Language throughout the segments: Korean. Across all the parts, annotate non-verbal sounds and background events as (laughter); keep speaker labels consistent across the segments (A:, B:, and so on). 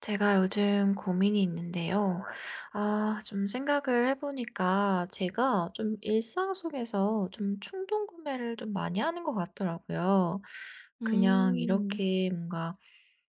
A: 제가 요즘 고민이 있는데요. 아, 좀 생각을 해보니까 제가 좀 일상 속에서 좀 충동 구매를 좀 많이 하는 것 같더라고요. 그냥
B: 음.
A: 이렇게 뭔가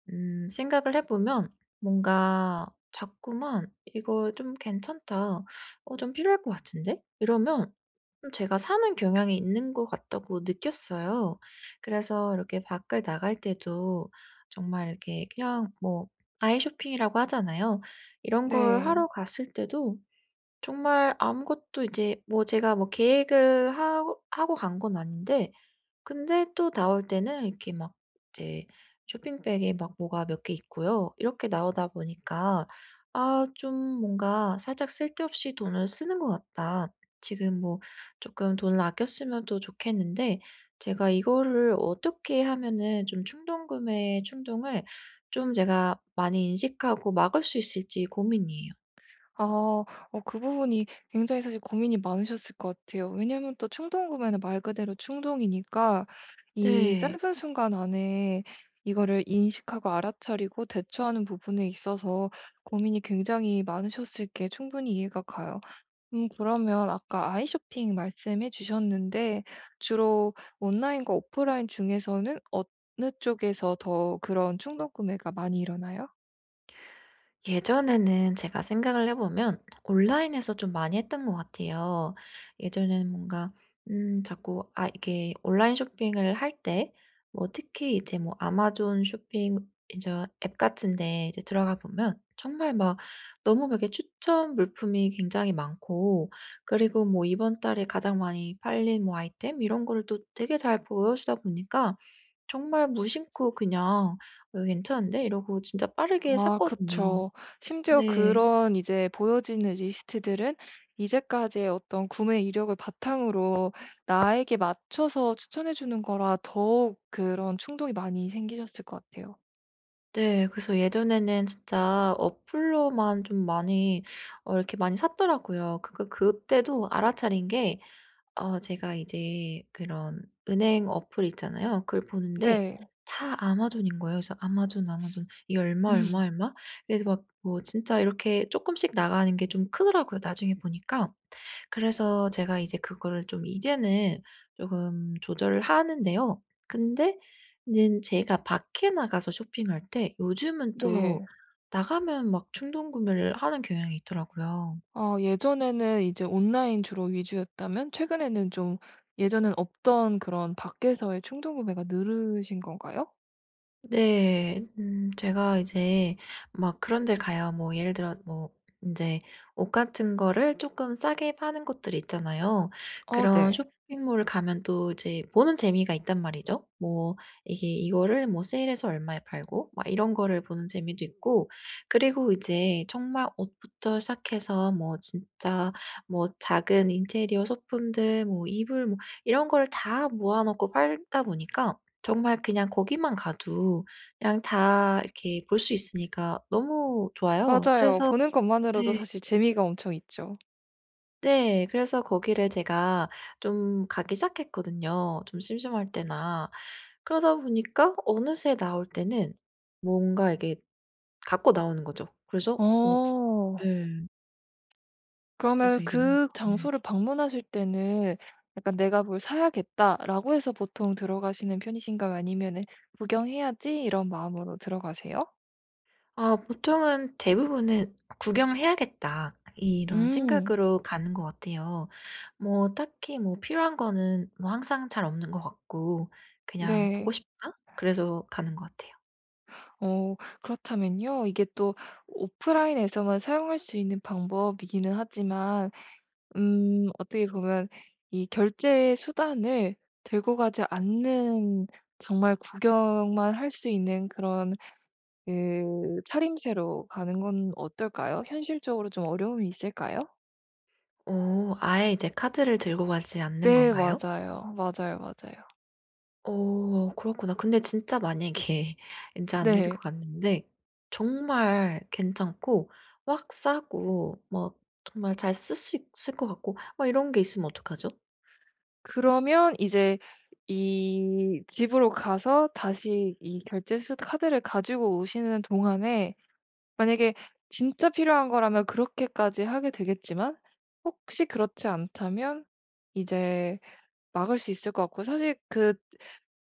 A: 생각을 해 보면 뭔가 자꾸만 '이거 좀 괜찮다. 어 좀 필요할 것 같은데?' 이러면 좀 제가 사는 경향이 있는 것 같다고 느꼈어요. 그래서 이렇게 밖을 나갈 때도 정말 이렇게 그냥 뭐 아이 쇼핑이라고 하잖아요. 이런 걸
B: 네.
A: 하러 갔을 때도 정말 아무것도 이제 뭐 제가 뭐 계획을 하고 간 건 아닌데 근데 또 나올 때는 이렇게 막 이제 쇼핑백에 막 뭐가 몇 개 있고요. 이렇게 나오다 보니까 '아 좀 뭔가 살짝 쓸데없이 돈을 쓰는 것 같다.' 지금 뭐 조금 돈을 아꼈으면 또 좋겠는데 제가 이거를 어떻게 하면은 좀 충동 구매의 충동을 좀 제가 많이 인식하고 막을 수 있을지 고민이에요.
B: 아 어, 그 부분이 굉장히 사실 고민이 많으셨을 것 같아요. 왜냐면 또 충동 구매는 말 그대로 충동이니까 이
A: 네.
B: 짧은 순간 안에 이거를 인식하고 알아차리고 대처하는 부분에 있어서 고민이 굉장히 많으셨을 게 충분히 이해가 가요. 그러면 아까 아이 쇼핑 말씀해 주셨는데 주로 온라인과 오프라인 중에서는 어느 쪽에서 더 그런 충동 구매가 많이 일어나요?
A: 예전에는 제가 생각을 해 보면 온라인에서 좀 많이 했던 것 같아요. 예전에는 뭔가 자꾸 아 이게 온라인 쇼핑을 할 때 뭐 특히 이제 뭐 아마존 쇼핑 이제 앱 같은 데 이제 들어가 보면 정말 막 너무 막 이렇게 추천 물품이 굉장히 많고 그리고 뭐 이번 달에 가장 많이 팔린 뭐 아이템 이런 거를 또 되게 잘 보여주다 보니까 정말 무심코 그냥 '어 괜찮은데?' 이러고 진짜 빠르게
B: 아,
A: 샀거든요.
B: 그쵸. 심지어
A: 네.
B: 그런 이제 보여지는 리스트들은 이제까지의 어떤 구매 이력을 바탕으로 나에게 맞춰서 추천해 주는 거라 더욱 그런 충동이 많이 생기셨을 것 같아요.
A: 네. 그래서 예전에는 진짜 어플로만 좀 많이 어 이렇게 많이 샀더라고요. 그러니까 그때도 알아차린 게 어 제가 이제 그런 은행 어플 있잖아요. 그걸 보는데
B: 네.
A: 다 아마존인 거예요. 그래서 '아마존, 아마존 이게 얼마, 얼마,
B: (laughs)
A: 얼마?' 그래서 막 뭐 진짜 이렇게 쪼끔씩 나가는 게 좀 크더라고요 나중에 보니까. 그래서 제가 이제 그거를 좀 이제는 조금 조절을 하는데요. 근데 는 제가 밖에 나가서 쇼핑할 때 요즘은 또
B: 네.
A: 나가면 막 충동 구매를 하는 경향이 있더라고요.
B: 어, 예전에는 이제 온라인 주로 위주였다면 최근에는 좀 예전엔 없던 그런 밖에서의 충동 구매가 늘으신 건가요?
A: 네. 제가 이제 막 그런 데 가요. 뭐 예를 들어 뭐 이제 옷 같은 거를 조금 싸게 파는 곳들 있잖아요.
B: 어
A: 그런
B: 네.
A: 쇼핑몰을 가면 또 이제 보는 재미가 있단 말이죠. 뭐 이게 이거를 뭐 세일해서 얼마에 팔고 막 이런 거를 보는 재미도 있고 그리고 이제 정말 옷부터 시작해서 뭐 진짜 뭐 작은 인테리어 소품들 뭐 이불 뭐 이런 거를 다 모아 놓고 팔다 보니까 정말 그냥 거기만 가도 그냥 다 이렇게 볼 수 있으니까 너무 좋아요.
B: 맞아요.
A: 그래서
B: 보는 것만으로도
A: 네.
B: 사실 재미가 엄청 있죠.
A: 네. 그래서 거기를 제가 좀 가기 시작했거든요, 좀 심심할 때나. 그러다 보니까 어느새 나올 때는 뭔가 이게 갖고 나오는 거죠. 그래서 어
B: 어.
A: 예.
B: 그러면
A: 그래서 이제 뭔가
B: 그
A: 예.
B: 장소를 방문하실 때는 약간 '내가 뭘 사야겠다.'라고 해서 보통 들어가시는 편이신가요? 아니면은 '구경해야지.' 이런 마음으로 들어가세요?
A: 아 보통은 대부분은 '구경을 해야겠다.' 이런
B: 음.
A: 생각으로 가는 것 같아요. 뭐 딱히 뭐 필요한 거는 뭐 항상 잘 없는 것 같고 그냥 '보고
B: 네.
A: 싶다.' 그래서 가는 것 같아요.
B: 어, 그렇다면요. 이게 또 오프라인에서만 사용할 수 있는 방법이기는 하지만 어떻게 보면 이 결제 수단을 들고 가지 않는 정말 구경만 할 수 있는 그런 그 차림새로 가는 건 어떨까요? 현실적으로 좀 어려움이 있을까요?
A: 오 아예 이제 카드를 들고 가지 않는
B: 네
A: 건가요?
B: 맞아요. 맞아요, 맞아요.
A: 오 그렇구나. 근데 진짜 만약에 (laughs) 이제 안 들고
B: 네.
A: 갔는데 정말 괜찮고 확 싸고 뭐 정말 잘 쓸 수 있을 것 같고 막 이런 게 있으면 어떡하죠?
B: 그러면 이제 이 집으로 가서 다시 이 결제 수 카드를 가지고 오시는 동안에 만약에 진짜 필요한 거라면 그렇게까지 하게 되겠지만 혹시 그렇지 않다면 이제 막을 수 있을 것 같고 사실 그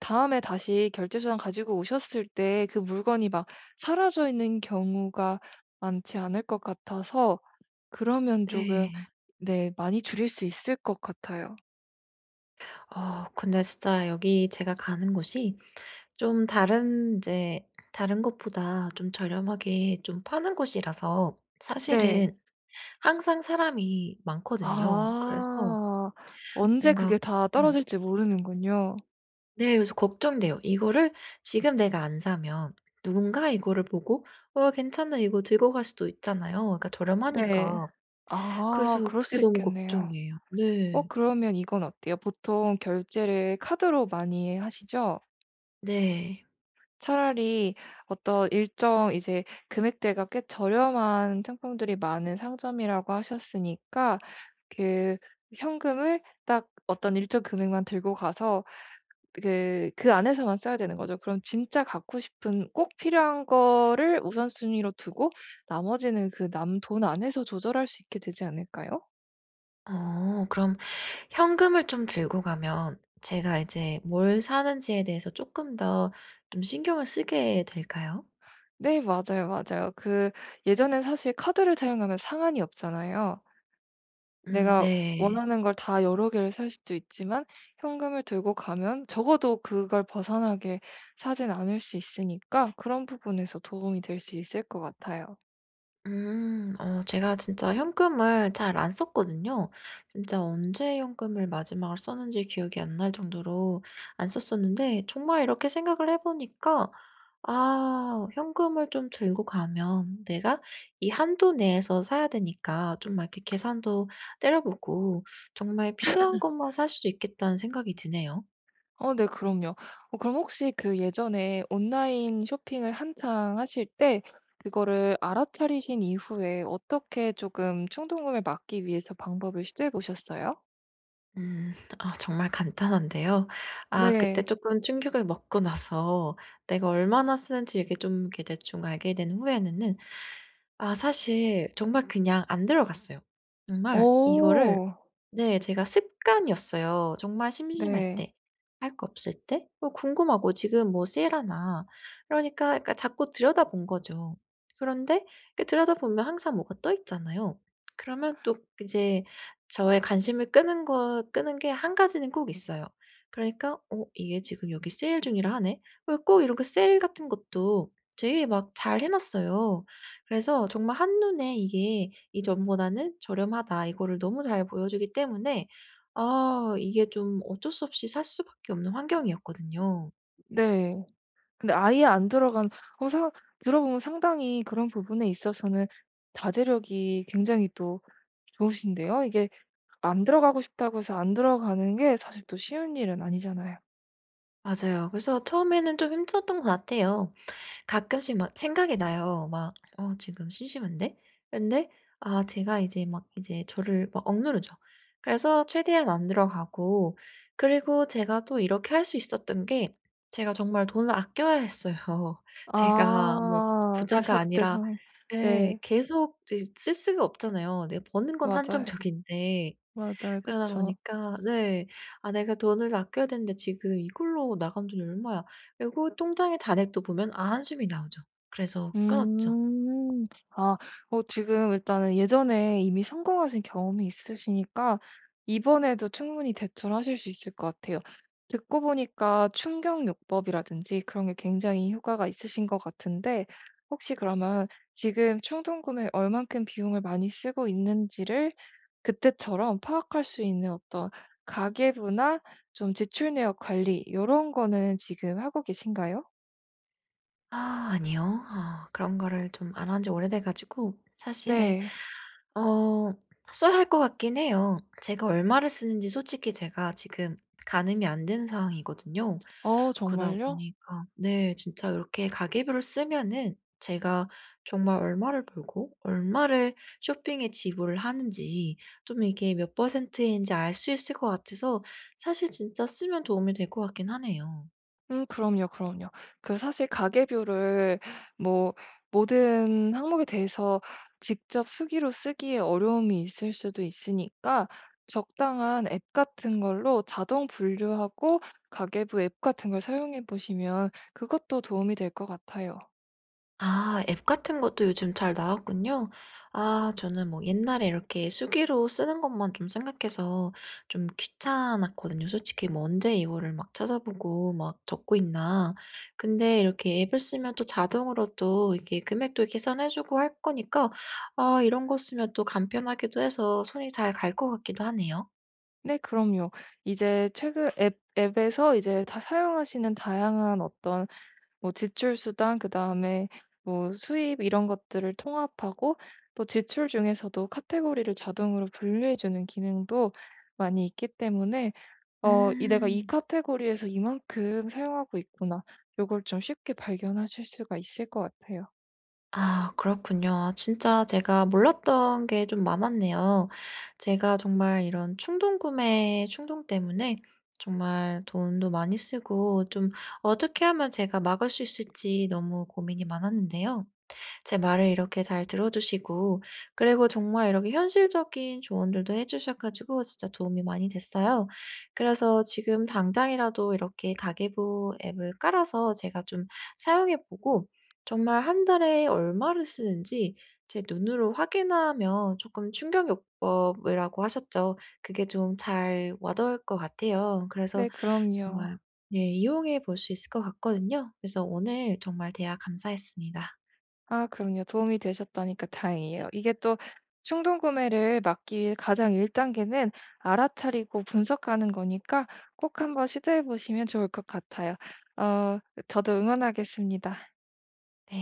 B: 다음에 다시 결제 수단 가지고 오셨을 때 그 물건이 막 사라져 있는 경우가 많지 않을 것 같아서 그러면 조금
A: 네.
B: 네, 많이 줄일 수 있을 것 같아요.
A: 어 근데 진짜 여기 제가 가는 곳이 좀 다른 곳보다 좀 저렴하게 좀 파는 곳이라서
B: 네.
A: 사실은 항상 사람이 많거든요. 그래서
B: 아. 언제
A: 뭔가
B: 그게 다
A: 음,
B: 떨어질지 모르는군요.
A: 네 그래서 걱정돼요. 이거를 지금 내가 안 사면 누군가 이거를 보고 '어 괜찮네. 이거 들고 갈 수도 있잖아요, 그러니까
B: 네.
A: 저렴하니까.'
B: 아,
A: 그래서
B: 그럴
A: 그게
B: 수
A: 너무
B: 있겠네요.
A: 걱정이에요.
B: 어,
A: 네.
B: 그러면 이건 어때요? 보통 결제를 카드로 많이 하시죠?
A: 네.
B: 차라리 어떤 일정 이제 금액대가 꽤 저렴한 상품들이 많은 상점이라고 하셨으니까 그 현금을 딱 어떤 일정 금액만 들고 가서 그 안에서만 써야 되는 거죠. 그럼 진짜 갖고 싶은 꼭 필요한 거를 우선순위로 두고 나머지는 그 남 돈 안에서 조절할 수 있게 되지 않을까요?
A: 그럼 현금을 좀 들고 가면 제가 이제 뭘 사는지에 대해서 조금 더 좀 신경을 쓰게 될까요?
B: 네 맞아요, 맞아요. 그 예전엔 사실 카드를 사용하면 상한이 없잖아요. 내가
A: 네.
B: 원하는 걸 다 여러 개를 살 수도 있지만 현금을 들고 가면 적어도 그걸 벗어나게 사진 않을 수 있으니까 그런 부분에서 도움이 될 수 있을 것 같아요.
A: 음. 제가 진짜 현금을 잘 안 썼거든요. 진짜 언제 현금을 마지막으로 썼는지 기억이 안 날 정도로 안 썼었는데 정말 이렇게 생각을 해 보니까 아 현금을 좀 들고 가면 내가 이 한도 내에서 사야 되니까 좀 막 이렇게 계산도 때려 보고 정말 필요한 것만 살 수 있겠다는 생각이 드네요.
B: 어 네 그럼요. 어 그럼 혹시 그 예전에 온라인 쇼핑을 한창 하실 때 그거를 알아차리신 이후에 어떻게 조금 충동구매 막기 위해서 방법을 시도해 보셨어요?
A: 음 (laughs) 아 정말 간단한데요. 아 그때
B: 네.
A: 조금 충격을 먹고 나서 내가 얼마나 쓰는지 이렇게 좀 이렇게 대충 알게 된 후에는 아 사실 정말 그냥 안 들어갔어요. 정말 이거를
B: 오,
A: 네. 제가 습관이었어요. 정말 심심할
B: 네.
A: 때, 할 거 없을 때, 뭐 궁금하고 지금 뭐 세일하나 그러니까 자꾸 들여다본 거죠. 그런데 그 들여다보면 항상 뭐가 떠 있잖아요. 그러면 또 이제 저의 관심을 끄는 게 한 가지는 꼭 있어요. 그러니까 '어 이게 지금 여기 세일 중이라 하네.' 왜꼭 이런 거 세일 같은 것도 되게 막 잘 해 놨어요. 그래서 정말 한눈에 이게 이전보다는 저렴하다 이거를 너무 잘 보여주기 때문에 아 이게 좀 어쩔 수 없이 살 수밖에 없는 환경이었거든요.
B: 네. 근데 아예 안 들어간 어 사, 들어보면 상당히 그런 부분에 있어서는 자제력이 굉장히 또 좋으신데요. 이게 안 들어가고 싶다고 해서 안 들어가는 게 사실 또 쉬운 일은 아니잖아요.
A: 맞아요. 그래서 처음에는 좀 힘들었던 것 같아요. 가끔씩 막 생각이 나요. 막 '어 지금 심심한데?' 근데 아 제가 이제 막 이제 저를 막 억누르죠. 그래서 최대한 안 들어가고 그리고 제가 또 이렇게 할 수 있었던 게 제가 정말 돈을 아껴야 했어요. (laughs) 제가 뭐
B: 아. 그
A: 부자가
B: 사 그때
A: 아니라
B: 상황.
A: 예
B: 네.
A: 계속 쓸 수가 없잖아요. 내가 버는 건
B: 맞아요.
A: 한정적인데.
B: 맞아요.
A: 그러다
B: 그쵸.
A: 보니까 네. '아 내가 돈을 아껴야 되는데 지금 이걸로 나간 돈이 얼마야.' 그리고 통장의 잔액도 보면 아 한숨이 나오죠. 그래서 끊었죠.
B: 음. 아, 어 지금 일단은 예전에 이미 성공하신 경험이 있으시니까 이번에도 충분히 대처하실 수 있을 것 같아요. 듣고 보니까 충격요법이라든지 그런 게 굉장히 효과가 있으신 것 같은데 혹시 그러면 지금 충동구매에 얼만큼 비용을 많이 쓰고 있는지를 그때처럼 파악할 수 있는 어떤 가계부나 좀 지출 내역 관리 이런 거는 지금 하고 계신가요?
A: 아 아니요. 아 그런 거를 좀 안 한 지 오래돼 가지고 사실
B: 네.
A: 어 써야 할 것 같긴 해요. 제가 얼마를 쓰는지 솔직히 제가 지금 가늠이 안 되는 상황이거든요.
B: 어
A: 그러다
B: 정말요?
A: 보니까 네 진짜 이렇게 가계부를 쓰면은 제가 정말 얼마를 벌고 얼마를 쇼핑에 지불을 하는지 좀 이게 몇 퍼센트인지 알 수 있을 것 같아서 사실 진짜 쓰면 도움이 될 것 같긴 하네요.
B: 그럼요, 그럼요. 그 사실 가계뷰를 뭐 모든 항목에 대해서 직접 수기로 쓰기에 어려움이 있을 수도 있으니까 적당한 앱 같은 걸로 자동 분류하고 가계부 앱 같은 걸 사용해 보시면 그것도 도움이 될 것 같아요.
A: 아 앱 같은 것도 요즘 잘 나왔군요. 아 저는 뭐 옛날에 이렇게 수기로 쓰는 것만 좀 생각해서 좀 귀찮았거든요. 솔직히 뭐 '언제 이거를 막 찾아보고 막 적고 있나.' 근데 이렇게 앱을 쓰면 또 자동으로 또 이게 금액도 계산해 주고 할 거니까 아 이런 거 쓰면 또 간편하기도 해서 손이 잘 갈 것 같기도 하네요.
B: 네 그럼요. 이제 최근 앱 앱에서 이제 다 사용하시는 다양한 어떤 뭐 지출 수단 그다음에 뭐 수입 이런 것들을 통합하고 또 지출 중에서도 카테고리를 자동으로 분류해 주는 기능도 많이 있기 때문에 어 이 '내가 이
A: 음.
B: 카테고리에서 이만큼 사용하고 있구나.' 요걸 좀 쉽게 발견하실 수가 있을 것 같아요.
A: 아 그렇군요. 진짜 제가 몰랐던 게 좀 많았네요. 제가 정말 이런 충동 구매 충동 때문에 정말 돈도 많이 쓰고 좀 어떻게 하면 제가 막을 수 있을지 너무 고민이 많았는데요. 제 말을 이렇게 잘 들어주시고 그리고 정말 이렇게 현실적인 조언들도 해주셔 가지고 진짜 도움이 많이 됐어요. 그래서 지금 당장이라도 이렇게 가계부 앱을 깔아서 제가 좀 사용해 보고 정말 한 달에 얼마를 쓰는지 제 눈으로 확인하면 조금 충격요법이라고 하셨죠. 그게 좀 잘 와닿을 것 같아요. 그래서
B: 네 그럼요.
A: 정말 네 이용해 볼 수 있을 것 같거든요. 그래서 오늘 정말 대화 감사했습니다.
B: 아 그럼요. 도움이 되셨다니까 다행이에요. 이게 또 충동 구매를 막기 위해 가장 1단계 단계는 알아차리고 분석하는 거니까 꼭 한번 시도해 보시면 좋을 것 같아요. 어, 저도 응원하겠습니다.
A: 네.